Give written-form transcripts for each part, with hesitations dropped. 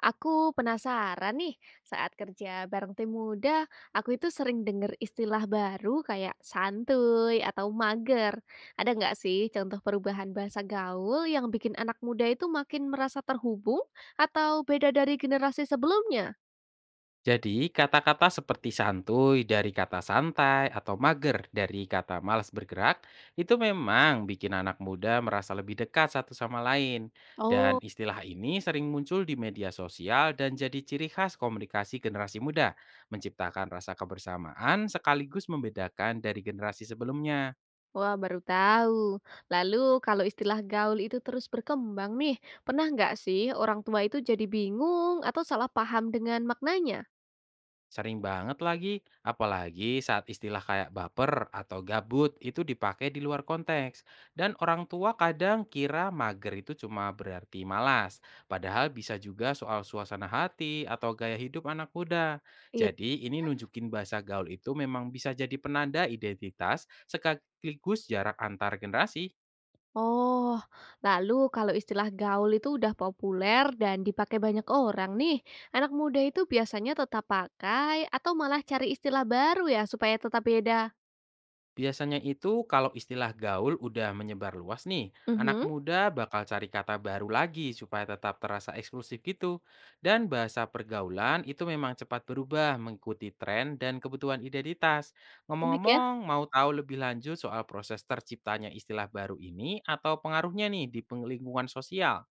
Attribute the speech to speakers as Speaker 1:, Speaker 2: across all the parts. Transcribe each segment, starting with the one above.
Speaker 1: Aku penasaran nih, saat kerja bareng tim muda, aku itu sering denger istilah baru kayak santuy atau mager. Ada nggak sih contoh perubahan bahasa gaul yang bikin anak muda itu makin merasa terhubung atau beda dari generasi sebelumnya?
Speaker 2: Jadi, kata-kata seperti santuy dari kata santai atau mager dari kata malas bergerak itu memang bikin anak muda merasa lebih dekat satu sama lain. Dan
Speaker 1: Oh,
Speaker 2: istilah ini sering muncul di media sosial dan jadi ciri khas komunikasi generasi muda, menciptakan rasa kebersamaan sekaligus membedakan dari generasi sebelumnya.
Speaker 1: wah baru tahu. Lalu kalau istilah gaul itu terus berkembang nih, pernah nggak sih orang tua itu jadi bingung atau salah paham dengan maknanya?
Speaker 2: Sering banget lagi, apalagi saat istilah kayak baper atau gabut itu dipakai di luar konteks. Dan orang tua kadang kira mager itu cuma berarti malas, padahal bisa juga soal suasana hati atau gaya hidup anak muda. Jadi ini nunjukin bahasa gaul itu memang bisa jadi penanda identitas sekaligus jarak antar generasi.
Speaker 1: Oh, lalu kalau istilah gaul itu udah populer dan dipakai banyak orang nih, anak muda itu biasanya tetap pakai atau malah cari istilah baru ya supaya tetap beda?
Speaker 2: Biasanya itu kalau istilah gaul udah menyebar luas nih, anak
Speaker 1: Mhm.
Speaker 2: muda bakal cari kata baru lagi supaya tetap terasa eksklusif gitu. Dan bahasa pergaulan itu memang cepat berubah mengikuti tren dan kebutuhan identitas.
Speaker 1: Unik ya.
Speaker 2: Ngomong-ngomong, mau tahu lebih lanjut soal proses terciptanya istilah baru ini atau pengaruhnya nih di lingkungan sosial?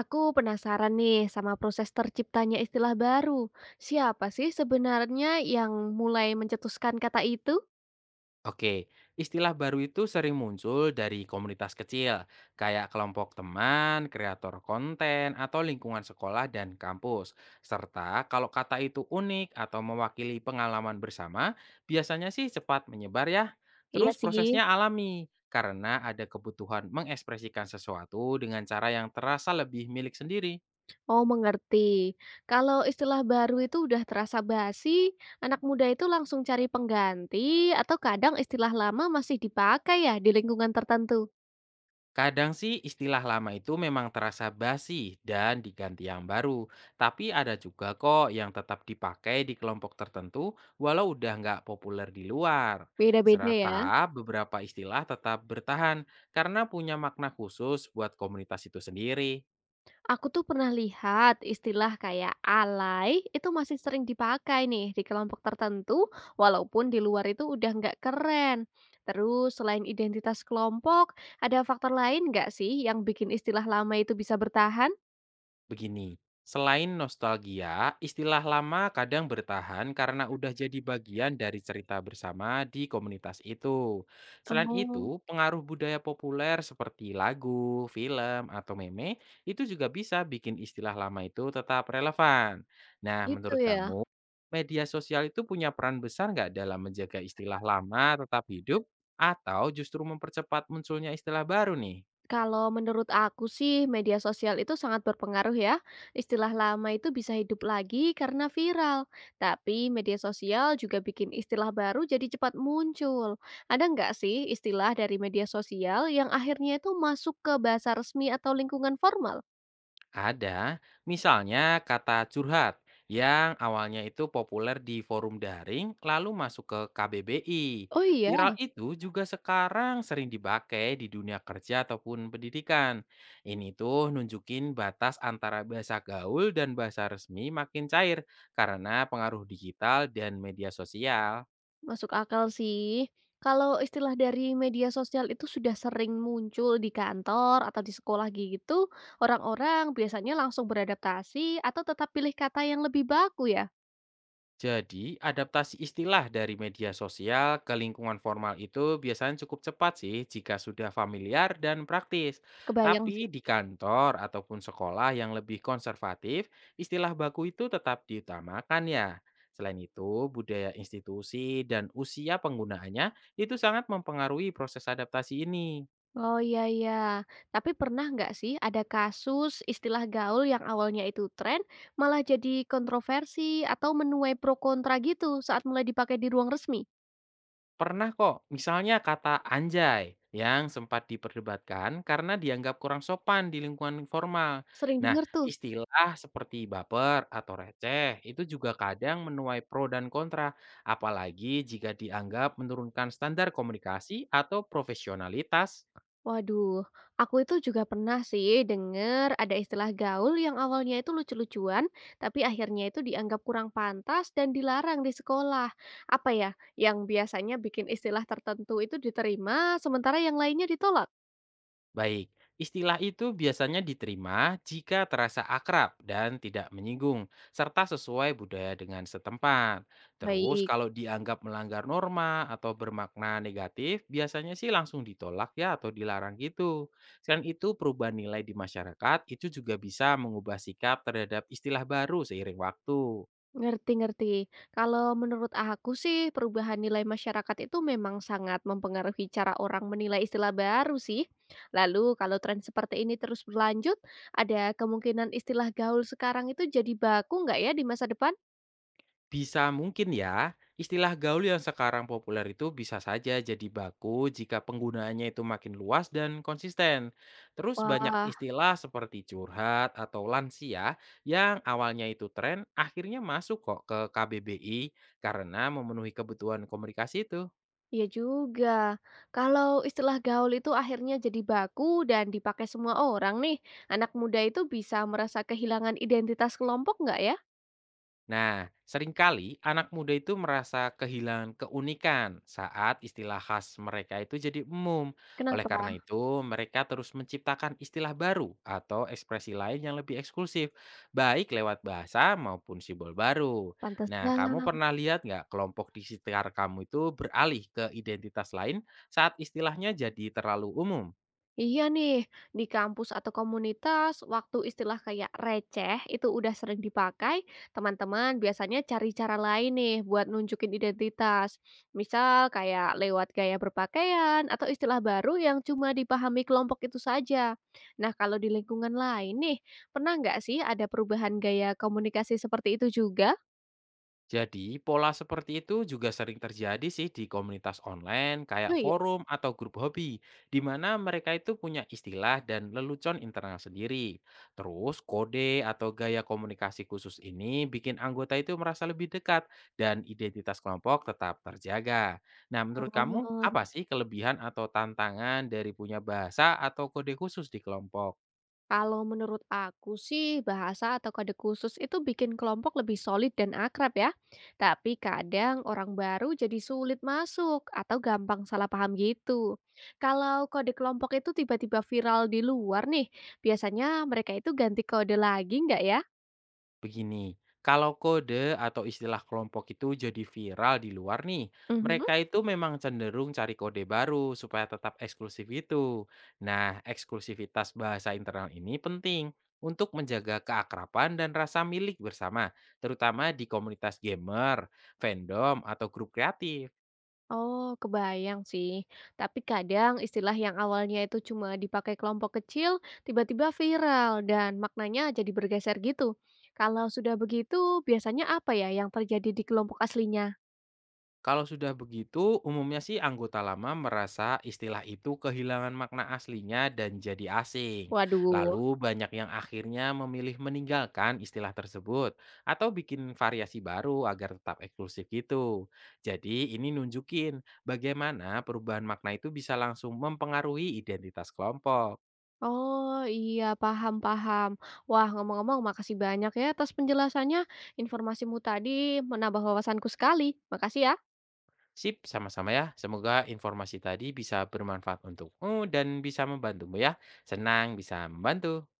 Speaker 1: Aku penasaran nih sama proses terciptanya istilah baru. Siapa sih sebenarnya yang mulai mencetuskan kata itu?
Speaker 2: Oke, istilah baru itu sering muncul dari komunitas kecil, kayak kelompok teman, kreator konten, atau lingkungan sekolah dan kampus. Serta kalau kata itu unik atau mewakili pengalaman bersama, biasanya sih cepat menyebar ya.
Speaker 1: Iya
Speaker 2: Terus
Speaker 1: sih.
Speaker 2: prosesnya alami, karena ada kebutuhan mengekspresikan sesuatu dengan cara yang terasa lebih milik sendiri.
Speaker 1: Oh, mengerti. Kalau istilah baru itu udah terasa basi, anak muda itu langsung cari pengganti atau kadang istilah lama masih dipakai ya di lingkungan tertentu.
Speaker 2: Kadang sih istilah lama itu memang terasa basi dan diganti yang baru, tapi ada juga kok yang tetap dipakai di kelompok tertentu walau udah nggak populer di luar.
Speaker 1: Beda-beda ya.
Speaker 2: Serta beberapa istilah tetap bertahan karena punya makna khusus buat komunitas itu sendiri.
Speaker 1: Aku tuh pernah lihat istilah kayak alay itu masih sering dipakai nih di kelompok tertentu walaupun di luar itu udah nggak keren. Terus selain identitas kelompok, ada faktor lain nggak sih yang bikin istilah lama itu bisa bertahan?
Speaker 2: Begini, selain nostalgia, istilah lama kadang bertahan karena udah jadi bagian dari cerita bersama di komunitas itu. Selain
Speaker 1: Oh,
Speaker 2: itu, pengaruh budaya populer seperti lagu, film, atau meme itu juga bisa bikin istilah lama itu tetap relevan. Nah,
Speaker 1: gitu
Speaker 2: menurut
Speaker 1: ya.
Speaker 2: kamu, media sosial itu punya peran besar nggak dalam menjaga istilah lama tetap hidup atau justru mempercepat munculnya istilah baru nih?
Speaker 1: Kalau menurut aku sih media sosial itu sangat berpengaruh ya. Istilah lama itu bisa hidup lagi karena viral. Tapi media sosial juga bikin istilah baru jadi cepat muncul. Ada nggak sih istilah dari media sosial yang akhirnya itu masuk ke bahasa resmi atau lingkungan formal?
Speaker 2: Ada, misalnya kata curhat yang awalnya itu populer di forum daring lalu masuk ke KBBI.
Speaker 1: Oh iya.
Speaker 2: Viral itu juga sekarang sering dipakai di dunia kerja ataupun pendidikan. Ini tuh nunjukin batas antara bahasa gaul dan bahasa resmi makin cair karena pengaruh digital dan media sosial.
Speaker 1: Masuk akal sih. Kalau istilah dari media sosial itu sudah sering muncul di kantor atau di sekolah gitu, orang-orang biasanya langsung beradaptasi atau tetap pilih kata yang lebih baku ya.
Speaker 2: Jadi, adaptasi istilah dari media sosial ke lingkungan formal itu biasanya cukup cepat sih jika sudah familiar dan praktis.
Speaker 1: Kebayang sih.
Speaker 2: Tapi di kantor ataupun sekolah yang lebih konservatif, istilah baku itu tetap diutamakan ya. Selain itu, budaya institusi dan usia penggunaannya itu sangat mempengaruhi proses adaptasi ini.
Speaker 1: Oh, iya iya. Tapi pernah nggak sih ada kasus istilah gaul yang awalnya itu tren, malah jadi kontroversi atau menuai pro kontra gitu saat mulai dipakai di ruang resmi?
Speaker 2: Pernah kok, misalnya kata anjay yang sempat diperdebatkan karena dianggap kurang sopan di lingkungan formal.
Speaker 1: Sering
Speaker 2: Nah,
Speaker 1: denger tuh.
Speaker 2: istilah seperti baper atau receh itu juga kadang menuai pro dan kontra, apalagi jika dianggap menurunkan standar komunikasi atau profesionalitas.
Speaker 1: Waduh, aku itu juga pernah sih denger ada istilah gaul yang awalnya itu lucu-lucuan, tapi akhirnya itu dianggap kurang pantas dan dilarang di sekolah. Apa ya, yang biasanya bikin istilah tertentu itu diterima, sementara yang lainnya ditolak?
Speaker 2: Baik, istilah itu biasanya diterima jika terasa akrab dan tidak menyinggung, serta sesuai budaya dengan setempat. Terus,
Speaker 1: Baik.
Speaker 2: kalau dianggap melanggar norma atau bermakna negatif, biasanya sih langsung ditolak ya atau dilarang gitu. Selain itu, perubahan nilai di masyarakat itu juga bisa mengubah sikap terhadap istilah baru seiring waktu.
Speaker 1: Ngerti ngerti. Kalau menurut aku sih perubahan nilai masyarakat itu memang sangat mempengaruhi cara orang menilai istilah baru sih. Lalu kalau tren seperti ini terus berlanjut, ada kemungkinan istilah gaul sekarang itu jadi baku nggak ya di masa depan?
Speaker 2: Bisa mungkin ya, istilah gaul yang sekarang populer itu bisa saja jadi baku jika penggunaannya itu makin luas dan konsisten. Terus banyak
Speaker 1: Wah,
Speaker 2: istilah seperti curhat atau lansia yang awalnya itu tren akhirnya masuk kok ke KBBI karena memenuhi kebutuhan komunikasi itu.
Speaker 1: iya juga. Kalau istilah gaul itu akhirnya jadi baku dan dipakai semua orang nih, anak muda itu bisa merasa kehilangan identitas kelompok nggak ya?
Speaker 2: Nah, seringkali anak muda itu merasa kehilangan keunikan saat istilah khas mereka itu jadi umum. Oleh
Speaker 1: Kenapa?
Speaker 2: karena itu, mereka terus menciptakan istilah baru atau ekspresi lain yang lebih eksklusif, baik lewat bahasa maupun simbol baru. Nah,
Speaker 1: Pantesan.
Speaker 2: kamu pernah lihat nggak kelompok di sekitar kamu itu beralih ke identitas lain saat istilahnya jadi terlalu umum?
Speaker 1: Iya nih, di kampus atau komunitas, waktu istilah kayak receh itu udah sering dipakai, teman-teman biasanya cari cara lain nih buat nunjukin identitas. Misal kayak lewat gaya berpakaian atau istilah baru yang cuma dipahami kelompok itu saja. Nah, kalau di lingkungan lain nih, pernah nggak sih ada perubahan gaya komunikasi seperti itu juga?
Speaker 2: Jadi, pola seperti itu juga sering terjadi sih di komunitas online
Speaker 1: Oh
Speaker 2: kayak
Speaker 1: iya.
Speaker 2: forum atau grup hobi, di mana mereka itu punya istilah dan lelucon internal sendiri. Terus, kode atau gaya komunikasi khusus ini bikin anggota itu merasa lebih dekat dan identitas kelompok tetap terjaga. Nah, menurut kamu,
Speaker 1: Oh.
Speaker 2: apa sih kelebihan atau tantangan dari punya bahasa atau kode khusus di kelompok?
Speaker 1: Kalau menurut aku sih bahasa atau kode khusus itu bikin kelompok lebih solid dan akrab ya. Tapi kadang orang baru jadi sulit masuk atau gampang salah paham gitu. Kalau kode kelompok itu tiba-tiba viral di luar nih, biasanya mereka itu ganti kode lagi nggak
Speaker 2: Begini, kalau kode atau istilah kelompok itu jadi viral di luar nih,
Speaker 1: ya?
Speaker 2: mereka itu memang cenderung cari kode baru supaya tetap eksklusif itu. Nah, eksklusivitas bahasa internal ini penting untuk menjaga keakraban dan rasa milik bersama, terutama di komunitas gamer, fandom, atau grup kreatif.
Speaker 1: Oh, kebayang sih. Tapi kadang istilah yang awalnya itu cuma dipakai kelompok kecil, tiba-tiba viral dan maknanya jadi bergeser gitu. Kalau sudah begitu, biasanya apa ya yang terjadi di kelompok aslinya?
Speaker 2: Kalau sudah begitu, umumnya sih anggota lama merasa istilah itu kehilangan makna aslinya dan jadi asing.
Speaker 1: Waduh.
Speaker 2: Lalu banyak yang akhirnya memilih meninggalkan istilah tersebut atau bikin variasi baru agar tetap eksklusif gitu. Jadi ini nunjukin bagaimana perubahan makna itu bisa langsung mempengaruhi identitas kelompok.
Speaker 1: Oh iya, paham-paham. Wah, ngomong-ngomong, makasih banyak ya atas penjelasannya. Informasimu tadi menambah wawasanku sekali. Makasih ya.
Speaker 2: Sip, sama-sama ya. Semoga informasi tadi bisa bermanfaat untukmu dan bisa membantumu ya. Senang bisa membantu.